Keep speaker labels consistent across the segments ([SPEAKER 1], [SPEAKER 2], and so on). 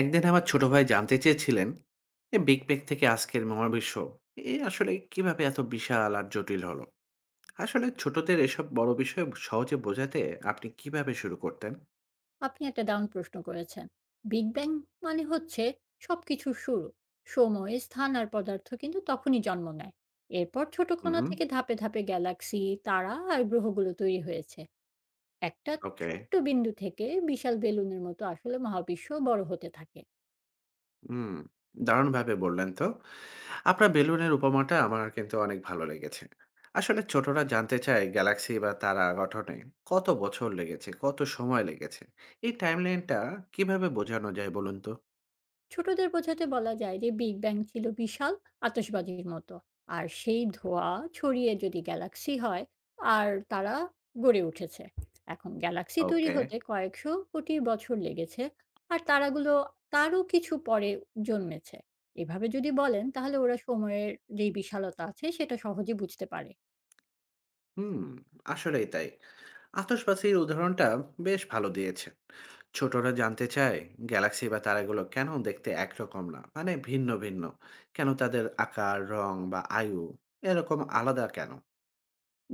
[SPEAKER 1] একদিন আমার ছোট ভাই জানতে চেয়েছিলেন যে বিগ ব্যাং থেকে আজকের মহাবিশ্ব এ আসলে কিভাবে এত বিশাল আর জটিল হলো? আসলে ছোটদের এসব বড় বিষয় সহজে বোঝাতে আপনি কিভাবে শুরু করতেন?
[SPEAKER 2] আপনি একটা দারুণ প্রশ্ন করেছেন। বিগ ব্যাং মানে হচ্ছে সবকিছুর শুরু। সময়, স্থান আর পদার্থ কিন্তু তখনই জন্ম নেয়। এরপর ছোট কণা
[SPEAKER 1] হুম।
[SPEAKER 2] থেকে ধাপে ধাপে গ্যালাক্সি, তারা আর গ্রহগুলো তৈরি হয়েছে। একটা
[SPEAKER 1] ওকে।
[SPEAKER 2] ছোট্ট বিন্দু থেকে বিশাল বেলুনের মতো আসলে মহাবিশ্ব বড় হতে থাকে।
[SPEAKER 1] হুম, দারুণভাবে বললেন তো। আপনার বেলুনের উপমাটা আমার কিন্তু অনেক ভালো লেগেছে। আসলে ছোটরা জানতে চায় গ্যালাক্সি বা তারা গঠনে কত বছর লেগেছে, কত সময় লেগেছে। এই টাইমলাইনটা কিভাবে বোঝানো যায় বলুন তো?
[SPEAKER 2] ছোটদের বোঝাতে বলা যায় যে বিগ ব্যাং ছিল বিশাল আতশবাজির মতো, আর সেই ধোঁয়া ছড়িয়ে যদি গ্যালাক্সি হয় আর তারা গড়ে উঠেছে। এখন গ্যালাক্সি তৈরি
[SPEAKER 1] ওকে।
[SPEAKER 2] হতে কয়েকশো কোটি বছর লেগেছে, আর তারাগুলো তারও কিছু পরে জন্মেছে। এভাবে যদি বলেন তাহলে ওরা সময়ের যেই বিশালতা আছে সেটা সহজে বুঝতে পারে।
[SPEAKER 1] হুম, আসলেই তাই। আতশবাজির উদাহরণটা বেশ ভালো দিয়েছেন। ছোটরা জানতে চায় গ্যালাক্সি বা তারাগুলো কেন দেখতে একরকম না, মানে ভিন্ন ভিন্ন। কেন তাদের আকার, রং বা আয়ু এরকম আলাদা কেন?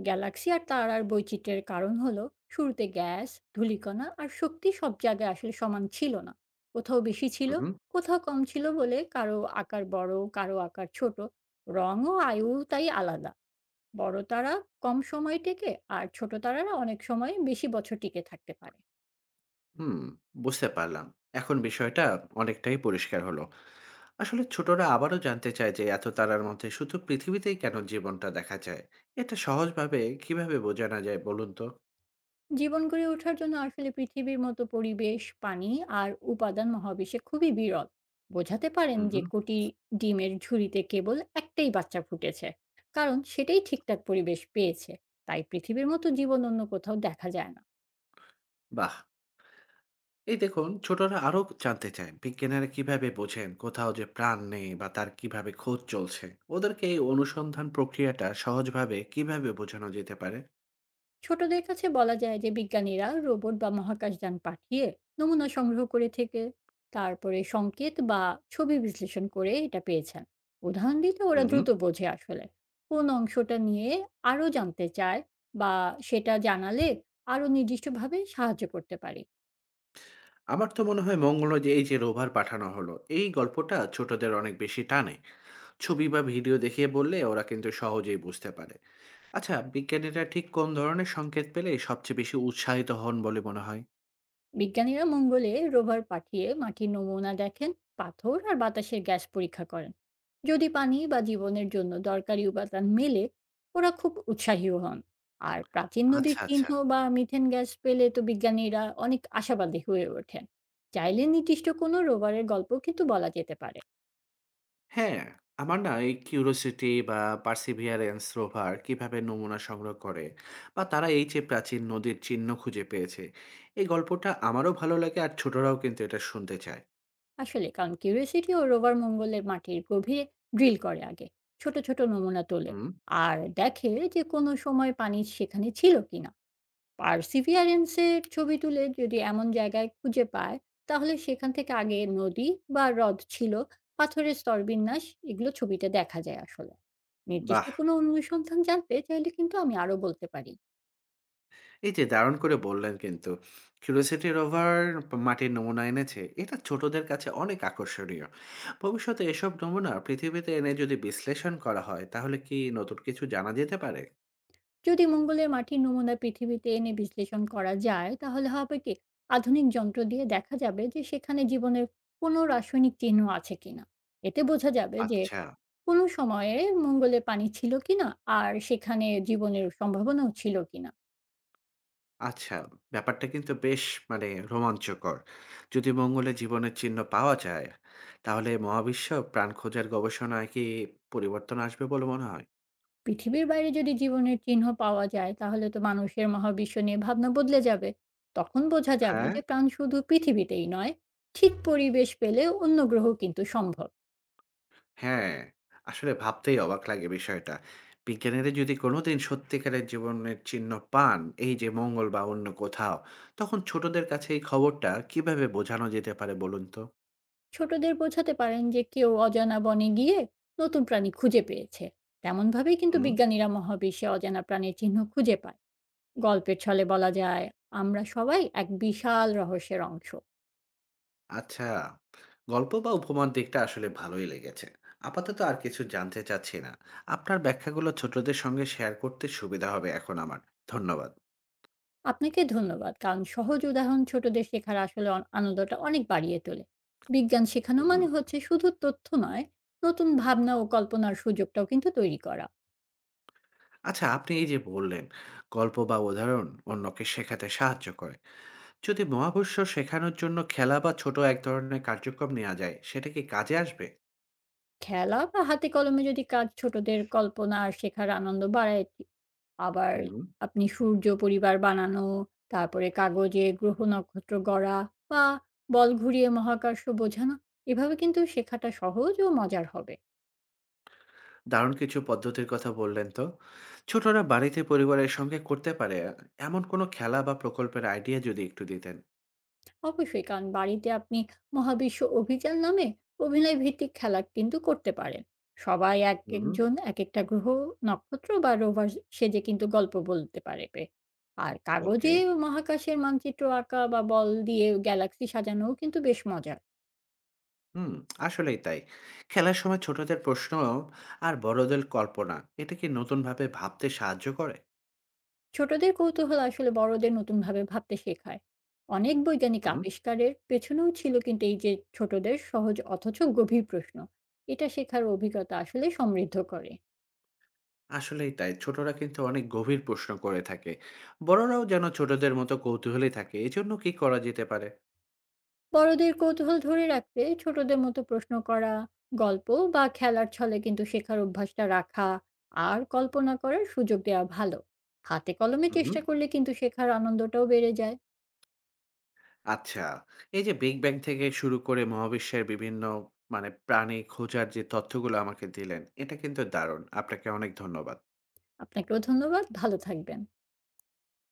[SPEAKER 2] গ্যালাক্সি আর তারার বৈচিত্র্যের কারণ হলো, শুরুতে গ্যাস, ধূলিকণা আর শক্তি সব জায়গায় আসলে সমান ছিল না। কোথাও বেশি ছিল,
[SPEAKER 1] হুম,
[SPEAKER 2] কোথাও কম ছিল বলে কারো আকার বড়, কারো আকার ছোট। রং ও আয়ু তাই আলাদা। বড় তারা কম সময় টেকে, আর ছোট তারারা অনেক সময় বেশি বছর টিকে থাকতে পারে।
[SPEAKER 1] হুম, বুঝতে পারলাম। এখন বিষয়টা অনেকটাই পরিষ্কার হলো। আসলে ছোটরা আবারও জানতে চায় যে এত তারার মধ্যে শুধু পৃথিবীতেই কেন জীবনটা দেখা যায়। এটা সহজভাবে কিভাবে বোঝানো যায় বলুন তো?
[SPEAKER 2] জীবন গড়ে ওঠার জন্য আসলে পৃথিবীর মতো পরিবেশ, পানি আর উপাদান মহাবিশ্বে খুবই বিরল। বোঝাতে পারেন
[SPEAKER 1] হুম,
[SPEAKER 2] যে
[SPEAKER 1] হুম।
[SPEAKER 2] কোটি ডিমের ঝুড়িতে কেবল একটাই বাচ্চা ফুটেছে। কারণ সেটাই ঠিকঠাক পরিবেশ পেয়েছে। তাই পৃথিবীর মতো জীবন অন্য কোথাও দেখা যায় না।
[SPEAKER 1] বাহ! এই দেখুন ছোটরা আরো জানতে চায় বিজ্ঞানীরা কিভাবে বোঝেন কোথাও যে প্রাণ নেই, বা তার কিভাবে খোঁজ চলছে। ওদেরকে এই অনুসন্ধান প্রক্রিয়াটা সহজভাবে কিভাবে বোঝানো যেতে পারে?
[SPEAKER 2] ছোটদের কাছে বলা যায় যে বিজ্ঞানীরা রোবট বা মহাকাশযান পাঠিয়ে নমুনা সংগ্রহ করে থেকে তারপরে সংকেত বা ছবি বিশ্লেষণ করে এটা পেয়েছেন। উদাহরণ দিতে ওরা
[SPEAKER 1] হুম।
[SPEAKER 2] দ্রুত বোঝে আসলে কোন অংশটা নিয়ে আরো জানতে চায়, বা সেটা জানালে আরো নির্দিষ্টভাবে সাহায্য করতে পারি।
[SPEAKER 1] আমার তো মনে হয় মঙ্গলে যে এই যে রোভার পাঠানো হলো, এই গল্পটা ছোটদের অনেক বেশি টানে। ছবি বা ভিডিও দেখিয়ে বললে ওরা কিন্তু সহজেই বুঝতে পারে। আচ্ছা, বিজ্ঞানীরা ঠিক কোন ধরনের সংকেত পেলে সবচেয়ে বেশি উৎসাহিত হন বলে মনে হয়?
[SPEAKER 2] বিজ্ঞানীরা মঙ্গলে রোভার পাঠিয়ে মাটির নমুনা দেখেন, পাথর আর বাতাসের গ্যাস পরীক্ষা করেন। যদি পানি বা জীবনের জন্য দরকারি উপাদান মেলে, ওরা খুব উৎসাহীও হন। আর প্রাচীন নদীর
[SPEAKER 1] আচ্ছা,
[SPEAKER 2] চিহ্ন
[SPEAKER 1] আচ্ছা।
[SPEAKER 2] বা মিথেন গ্যাস পেলে তো বিজ্ঞানীরা অনেক আশাবাদী হয়ে ওঠেন। চাইলে নির্দিষ্ট কোনো রোভারের গল্প কিন্তু বলা যেতে পারে।
[SPEAKER 1] হ্যাঁ, আমার না এই কিউরিওসিটি বা পার্সিভিয়ারেন্স রোভার কিভাবে নমুনা সংগ্রহ করে, বা তারা এই যে প্রাচীন নদীর চিহ্ন খুঁজে পেয়েছে, এই গল্পটা আমারও ভালো লাগে আর ছোটরাও কিন্তু এটা শুনতে চায়।
[SPEAKER 2] আসলে কারণ কিউরিয়াসিটি ও রোভার মঙ্গলের মাটির গভীরে ড্রিল করে আগে ছোট ছোট নমুনা তোলে,
[SPEAKER 1] হুম।
[SPEAKER 2] আর দেখে যে কোনো সময় পানি সেখানে ছিল কিনা। পার্সিভিয়ারেন্স এর ছবি তুলে যদি এমন জায়গায় খুঁজে পায়, তাহলে সেখান থেকে আগে নদী বা হ্রদ ছিল। পাথরের স্তরবিন্যাস এগুলো ছবিতে দেখা যায় আসলে। নির্দিষ্ট
[SPEAKER 1] বাহ,
[SPEAKER 2] কোনো অনুসন্ধান জানতে চাইলে কিন্তু আমি আরো বলতে পারি।
[SPEAKER 1] এই যে দারুণ করে বললেন কিন্তু! কিউরিওসিটি রোভার মাটির নমুনা এনেছে, এটা ছোটদের কাছে অনেক আকর্ষণীয়। ভবিষ্যতে এসব নমুনা পৃথিবীতে এনে যদি বিশ্লেষণ করা হয় তাহলে কি নতুন কিছু জানা যেতে পারে?
[SPEAKER 2] যদি মঙ্গলের মাটির নমুনা পৃথিবীতে এনে বিশ্লেষণ করা যায় তাহলে হবে কি, আধুনিক যন্ত্র দিয়ে দেখা যাবে যে সেখানে জীবনের কোনো রাসায়নিক চিহ্ন আছে কিনা। এতে বোঝা যাবে যে
[SPEAKER 1] আচ্ছা।
[SPEAKER 2] কোনো সময়ে মঙ্গলে পানি ছিল কিনা, আর সেখানে জীবনের সম্ভাবনাও ছিল কিনা।
[SPEAKER 1] আচ্ছা, ব্যাপারটা কিন্তু বেশ মানে রোমাঞ্চকর। যদি মঙ্গলে জীবনের চিহ্ন পাওয়া যায়, তাহলে মহাবিশ্ব প্রাণ খোঁজার গবেষণায় কি পরিবর্তন আসবে বলে মনে হয়?
[SPEAKER 2] পৃথিবীর বাইরে যদি জীবনের চিহ্ন পাওয়া যায় তাহলে তো মানুষের মহাবিশ্ব নিয়ে ভাবনা বদলে যাবে। তখন বোঝা যাবে
[SPEAKER 1] হ্যাঁ?
[SPEAKER 2] যে প্রাণ শুধু পৃথিবীতেই নয়, ঠিক পরিবেশ পেলে অন্য গ্রহ কিন্তু সম্ভব।
[SPEAKER 1] হ্যাঁ, আসলে ভাবতেই অবাক লাগে বিষয়টা। বিজ্ঞানীরা যদি কোনোদিন সত্যিকারের জীবনের চিহ্ন পান, এই যে মঙ্গল বা অন্য কোথাও, তখন ছোটদের কাছে এই খবরটা কিভাবে বোঝানো যেতে পারে বলুন তো?
[SPEAKER 2] ছোটদের বোঝাতে পারেন যে কেউ অজানা বনে গিয়ে নতুন প্রাণী খুঁজে পেয়েছে। তেমনভাবেই কিন্তু বিজ্ঞানীরা মহাবিশ্বে অজানা প্রাণীর চিহ্ন খুঁজে পায়। গল্পের ছলে বলা যায়, আমরা সবাই এক বিশাল রহস্যের অংশ।
[SPEAKER 1] আচ্ছা, গল্প বা উপমার দিকটা আসলে ভালোই লেগেছে। আপাতত আর কিছু জানতে চাচ্ছি না। আপনার ব্যাখ্যাগুলো ছোটদের সঙ্গে শেয়ার করতে সুবিধা হবে এখন আমার। ধন্যবাদ।
[SPEAKER 2] আপনাকে ধন্যবাদ কারণ সহজ উদাহরণ ছোটদের শেখার আসলে আনন্দটা অনেক বাড়িয়ে তোলে। বিজ্ঞান শেখানো
[SPEAKER 1] হুম।
[SPEAKER 2] মানে হচ্ছে শুধু তথ্য নয়, নতুন ভাবনা ও কল্পনার সুযোগটাও কিন্তু তৈরি করা।
[SPEAKER 1] আচ্ছা, আপনি এই যে বললেন, গল্প বা উদাহরণ অন্যকে শেখাতে সাহায্য করে। যদি মহাবিশ্ব শেখানোর জন্য খেলা বা ছোট এক ধরনের কার্যক্রম নেওয়া যায়, সেটা কি কাজে আসবে?
[SPEAKER 2] খেলা বা হাতে কলমে যদি কাজ ছোটদের কল্পনা আর শেখার আনন্দ বাড়ায়, আবার
[SPEAKER 1] হুম।
[SPEAKER 2] আপনি সূর্য পরিবার বানানো, তারপরে কাগজে গ্রহ নক্ষত্র গড়া, বা বল ঘুরিয়ে মহাকাশ বোঝানো, এভাবে কিন্তু শেখাটা সহজ ও মজার হবে।
[SPEAKER 1] দারুণ কিছু পদ্ধতির কথা বললেন তো। ছোটরা বাড়িতে পরিবারের সঙ্গে করতে পারে, এমন কোনো খেলা বা প্রকল্পের আইডিয়া যদি একটু দিতেন।
[SPEAKER 2] অবশ্যই, কারণ বাড়িতে আপনি মহাবিশ্ব অভিযান নামে অভিনয় ভিত্তিক খেলা কিন্তু করতে পারেন। সবাই এক
[SPEAKER 1] হুম।
[SPEAKER 2] একজন এক একটা গ্রহ, নক্ষত্র বা রোভার সেজে কিন্তু গল্প বলতে পারবে। আর
[SPEAKER 1] ওকে।
[SPEAKER 2] কাগজে মহাকাশের মানচিত্র আঁকা বা বল দিয়ে গ্যালাক্সি সাজানোও কিন্তু বেশ মজার।
[SPEAKER 1] হুম, আসলেই তাই। খেলার সময় ছোটদের প্রশ্ন আর বড়দের কল্পনা, এটা কি নতুনভাবে ভাবতে সাহায্য করে?
[SPEAKER 2] ছোটদের কৌতূহল আসলে বড়দের নতুনভাবে ভাবতে শেখায়। অনেক বৈজ্ঞানিক
[SPEAKER 1] হুম, হুম,
[SPEAKER 2] আবিষ্কারের পেছনেও ছিল কিন্তু এই যে ছোটদের সহজ অথচ গভীর প্রশ্ন। এটা শেখার অভিজ্ঞতা আসলে সমৃদ্ধ করে।
[SPEAKER 1] আসলেই তাই। ছোটরা কিন্তু অনেক গভীর প্রশ্ন করে থাকে। বড়রাও যেন ছোটদের মতো কৌতূহলী থাকে, এজন্য কি করা যেতে পারে?
[SPEAKER 2] বড়দের কৌতূহল ধরে রাখতে ছোটদের মতো প্রশ্ন করা, গল্প বা খেলার ছলে কিন্তু শেখার অভ্যাসটা রাখা, আর কল্পনা করার সুযোগ দেওয়া ভালো। হাতে কলমে
[SPEAKER 1] হুম, হুম।
[SPEAKER 2] চেষ্টা করলে কিন্তু শেখার আনন্দটাও বেড়ে যায়।
[SPEAKER 1] আচ্ছা, এই যে বিগ ব্যাং থেকে শুরু করে মহাবিশ্বের বিভিন্ন মানে প্রাণী খোঁজার যে তথ্যগুলো আমাকে দিলেন, এটা কিন্তু দারুণ। আপনাকে অনেক ধন্যবাদ।
[SPEAKER 2] আপনাকেও ধন্যবাদ। ভালো থাকবেন।